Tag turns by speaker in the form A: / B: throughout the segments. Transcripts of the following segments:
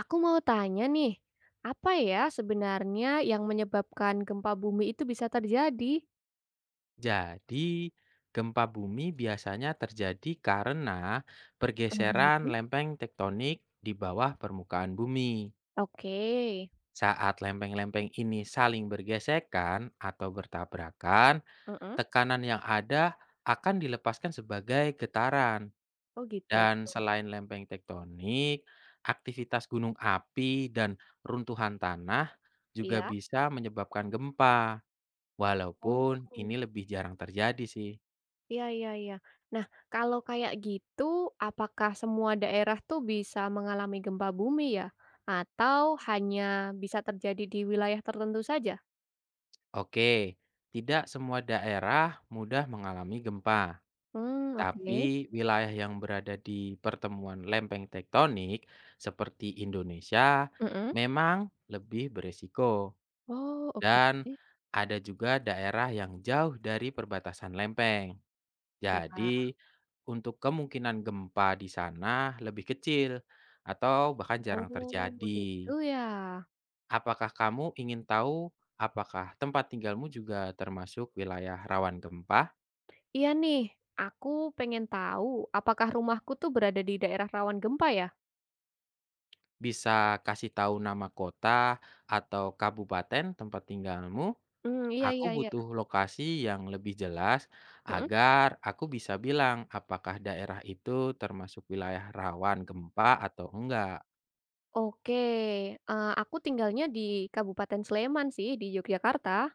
A: Aku mau tanya nih, apa ya sebenarnya yang menyebabkan gempa bumi itu bisa terjadi?
B: Jadi, gempa bumi biasanya terjadi karena pergeseran
A: Mhm.
B: lempeng tektonik di bawah permukaan bumi.
A: Oke,
B: Saat lempeng-lempeng ini saling bergesekan atau bertabrakan,
A: mhm,
B: tekanan yang ada akan dilepaskan sebagai getaran.
A: oh gitu,
B: Dan selain lempeng tektonik, aktivitas gunung api dan runtuhan tanah juga
A: iya,
B: bisa menyebabkan gempa. Walaupun
A: oh,
B: ini lebih jarang terjadi sih.
A: iya iya iya. Nah, kalau kayak gitu, apakah semua daerah tuh bisa mengalami gempa bumi ya? Atau hanya bisa terjadi di wilayah tertentu saja?
B: Oke, tidak semua daerah mudah mengalami gempa,
A: Hmm. Oke,
B: tapi wilayah yang berada di pertemuan lempeng tektonik seperti Indonesia
A: mmm, mhm,
B: memang lebih beresiko
A: oh oke,
B: dan ada juga daerah yang jauh dari perbatasan lempeng.
A: ya.
B: Jadi, untuk kemungkinan gempa di sana lebih kecil atau bahkan jarang
A: Oh begitu
B: terjadi.
A: ya.
B: Apakah kamu ingin tahu apakah tempat tinggalmu juga termasuk wilayah rawan gempa?
A: Iya nih, aku pengen tahu apakah rumahku tuh berada di daerah rawan gempa ya?
B: Bisa kasih tahu nama kota atau kabupaten tempat tinggalmu?
A: Hmm, iya
B: Aku
A: iya iya.
B: butuh lokasi yang lebih jelas
A: Mhm.
B: agar aku bisa bilang apakah daerah itu termasuk wilayah rawan gempa atau enggak.
A: Oke, aku tinggalnya di Kabupaten Sleman sih, di Yogyakarta.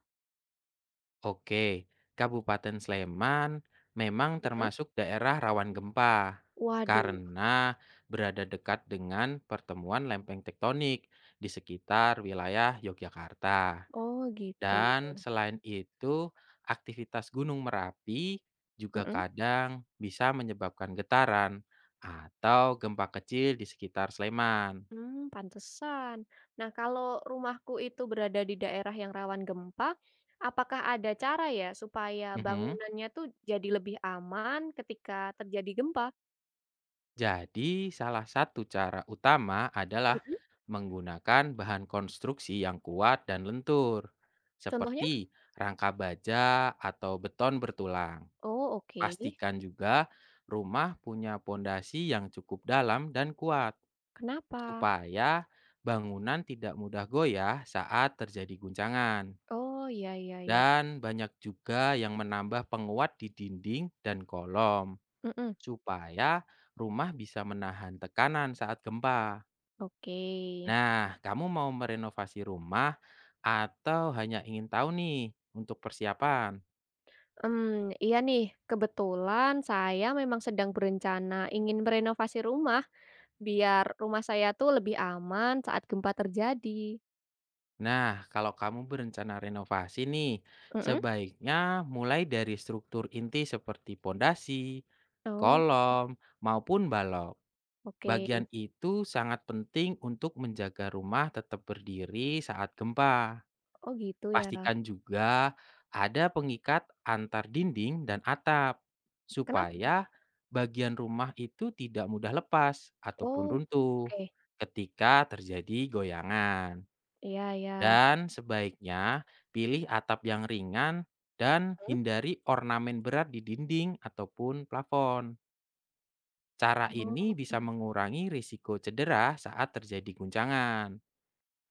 B: Oke, Kabupaten Sleman memang
A: Mhm.
B: termasuk daerah rawan gempa
A: Waduh,
B: karena berada dekat dengan pertemuan lempeng tektonik di sekitar wilayah Yogyakarta.
A: oh gitu.
B: Dan selain itu, aktivitas Gunung Merapi juga
A: Mhm.
B: kadang bisa menyebabkan getaran atau gempa kecil di sekitar Sleman.
A: Mmm, pantesan. Nah, kalau rumahku itu berada di daerah yang rawan gempa, apakah ada cara ya supaya
B: Mhm.
A: bangunannya tuh jadi lebih aman ketika terjadi gempa?
B: Jadi, salah satu cara utama adalah
A: Mhm,
B: menggunakan bahan konstruksi yang kuat dan lentur,
A: contohnya?
B: seperti rangka baja atau beton bertulang.
A: Oh, oke.
B: Pastikan juga rumah punya pondasi yang cukup dalam dan kuat,
A: Kenapa?
B: supaya bangunan tidak mudah goyah saat terjadi guncangan.
A: Oh, iya iya iya.
B: Dan banyak juga yang menambah penguat di dinding dan kolom
A: Mhm,
B: supaya rumah bisa menahan tekanan saat gempa.
A: oke.
B: Nah, kamu mau merenovasi rumah atau hanya ingin tahu nih untuk persiapan?
A: Hmm, iya nih, kebetulan saya memang sedang berencana ingin merenovasi rumah, biar rumah saya tuh lebih aman saat gempa terjadi.
B: Nah, kalau kamu berencana renovasi nih,
A: Mhm.
B: sebaiknya mulai dari struktur inti seperti pondasi,
A: Oh,
B: kolom, maupun balok.
A: oke.
B: Bagian itu sangat penting untuk menjaga rumah tetap berdiri saat gempa.
A: Oh, gitu ya.
B: Pastikan juga ada pengikat antar dinding dan atap,
A: Kenapa?
B: supaya bagian rumah itu tidak mudah lepas ataupun
A: Oh,
B: runtuh
A: oke.
B: ketika terjadi goyangan.
A: Iya iya.
B: Dan sebaiknya pilih atap yang ringan dan
A: Mhm.
B: hindari ornamen berat di dinding ataupun plafon. Cara ini
A: Oh.
B: bisa mengurangi risiko cedera saat terjadi guncangan.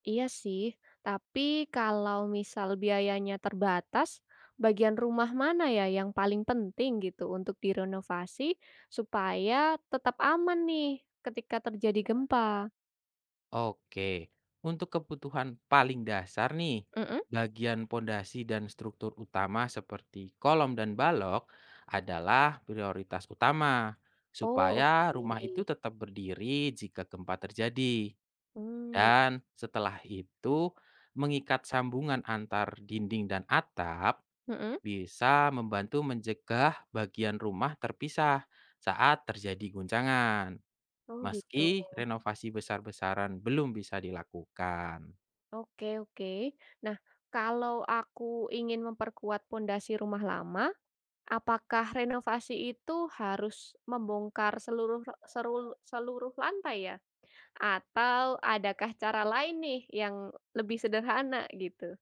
A: Iya sih, tapi kalau misal biayanya terbatas, bagian rumah mana ya yang paling penting gitu untuk direnovasi supaya tetap aman nih ketika terjadi gempa?
B: Oke, untuk kebutuhan paling dasar nih,
A: Mm-mm,
B: bagian pondasi dan struktur utama seperti kolom dan balok adalah prioritas utama
A: oh,
B: supaya rumah itu
A: oke.
B: tetap berdiri jika gempa terjadi.
A: Hmm,
B: Dan setelah itu, mengikat sambungan antar dinding dan atap
A: mm-mm.
B: bisa membantu mencegah bagian rumah terpisah saat terjadi guncangan.
A: Oh gitu.
B: Meski renovasi besar-besaran belum bisa dilakukan.
A: Oke, oke. Nah, kalau aku ingin memperkuat pondasi rumah lama, apakah renovasi itu harus membongkar seluruh seluruh seluruh lantai ya? Atau adakah cara lain nih yang lebih sederhana gitu?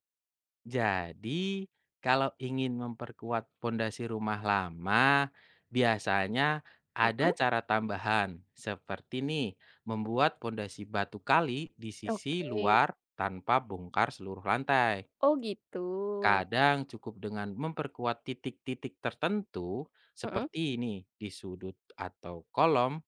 B: Jadi, kalau ingin memperkuat pondasi rumah lama, biasanya ada
A: Mhm.
B: cara tambahan seperti nih, membuat pondasi batu kali di sisi
A: Oke.
B: luar tanpa bongkar seluruh lantai.
A: Oh gitu.
B: Kadang cukup dengan memperkuat titik-titik tertentu
A: Mhm.
B: seperti ini di sudut atau kolom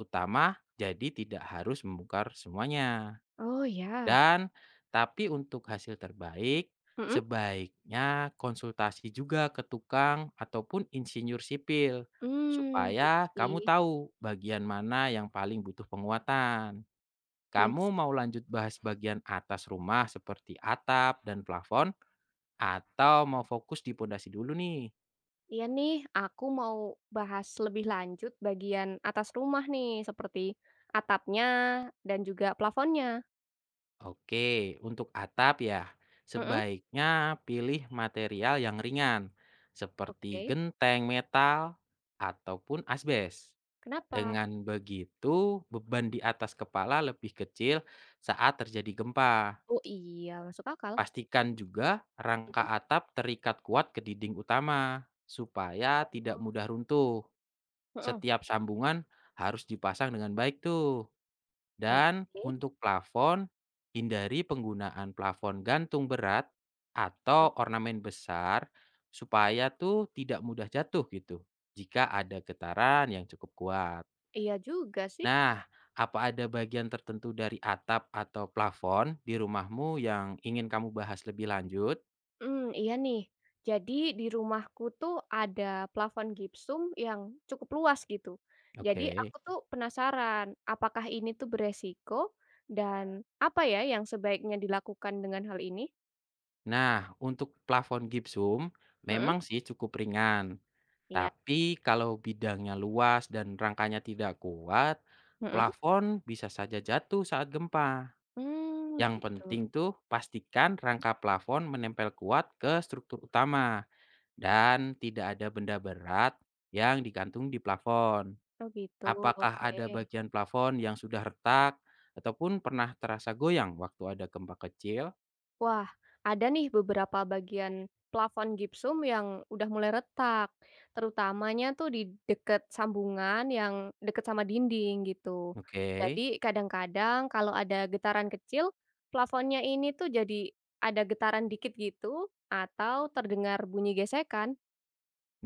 B: utama, jadi tidak harus membongkar semuanya.
A: Oh ya.
B: Dan tapi untuk hasil terbaik,
A: Mhm.
B: sebaiknya konsultasi juga ke tukang ataupun insinyur sipil,
A: Mmm, iya
B: supaya kamu
A: sih,
B: tahu bagian mana yang paling butuh penguatan.
A: iya sih.
B: Kamu mau lanjut bahas bagian atas rumah seperti atap dan plafon, atau mau fokus di pondasi dulu nih?
A: Iya nih, aku mau bahas lebih lanjut bagian atas rumah nih seperti atapnya dan juga plafonnya.
B: Oke, untuk atap ya,
A: Mhm.
B: sebaiknya pilih material yang ringan, seperti
A: Oke,
B: genteng metal ataupun asbes.
A: kenapa?
B: Dengan begitu, beban di atas kepala lebih kecil saat terjadi gempa.
A: Oh iya masuk akal.
B: Pastikan juga rangka
A: Mhm.
B: atap terikat kuat ke dinding utama, supaya tidak
A: Oh.
B: mudah runtuh.
A: Mhm.
B: Setiap sambungan harus dipasang dengan baik tuh. Dan
A: Oke.
B: untuk plafon, hindari penggunaan plafon gantung berat
A: Ok,
B: atau ornamen besar supaya tuh tidak mudah jatuh gitu jika ada getaran yang cukup kuat.
A: iya juga sih.
B: Nah, apa ada bagian tertentu dari atap atau plafon di rumahmu yang ingin kamu bahas lebih lanjut?
A: Mmm, iya nih. Jadi di rumahku tuh ada plafon gipsum yang cukup luas gitu. Jadi
B: Oke.
A: aku tuh penasaran, apakah ini tuh beresiko dan apa ya yang sebaiknya dilakukan dengan hal ini?
B: Nah, untuk plafon gipsum
A: Mhm,
B: memang sih cukup ringan,
A: iya,
B: tapi kalau bidangnya luas dan rangkanya tidak kuat,
A: mhm.
B: plafon bisa saja jatuh saat gempa.
A: Mmm,
B: Yang
A: gitu.
B: penting tuh pastikan rangka plafon menempel kuat ke struktur utama dan tidak ada benda berat yang digantung di plafon.
A: Oh gitu,
B: Apakah
A: oke.
B: ada bagian plafon yang sudah retak ataupun pernah terasa goyang waktu ada gempa kecil?
A: Wah, ada nih beberapa bagian plafon gipsum yang udah mulai retak, terutamanya tuh di deket sambungan yang deket sama dinding gitu.
B: Oke.
A: Jadi kadang-kadang kalau ada getaran kecil, plafonnya ini tuh jadi ada getaran dikit gitu atau terdengar bunyi gesekan.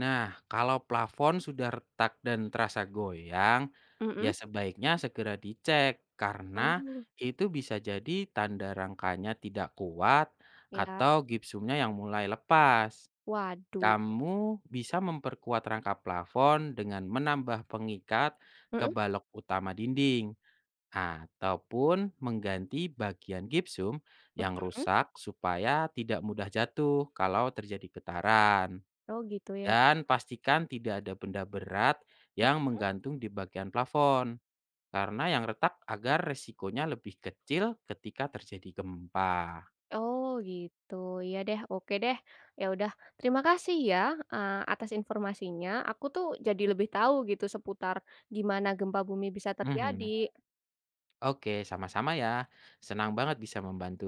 B: Nah, kalau plafon sudah retak dan terasa goyang,
A: Mhm.
B: ya sebaiknya segera dicek karena
A: Oh,
B: itu bisa jadi tanda rangkanya tidak kuat
A: ya,
B: atau gipsumnya yang mulai lepas.
A: waduh.
B: Kamu bisa memperkuat rangka plafon dengan menambah pengikat ke
A: Mhm,
B: balok utama dinding ataupun mengganti bagian gipsum yang
A: mhm.
B: rusak supaya tidak mudah jatuh kalau terjadi getaran.
A: Oh, gitu ya.
B: Dan pastikan tidak ada benda berat yang menggantung di bagian plafon karena yang retak agar resikonya lebih kecil ketika terjadi gempa.
A: Oh gitu, ya deh, oke deh. Ya udah, terima kasih ya atas informasinya. Aku tuh jadi lebih tahu gitu seputar gimana gempa bumi bisa terjadi,
B: Mhm. Oke, sama-sama ya. Senang banget bisa membantu.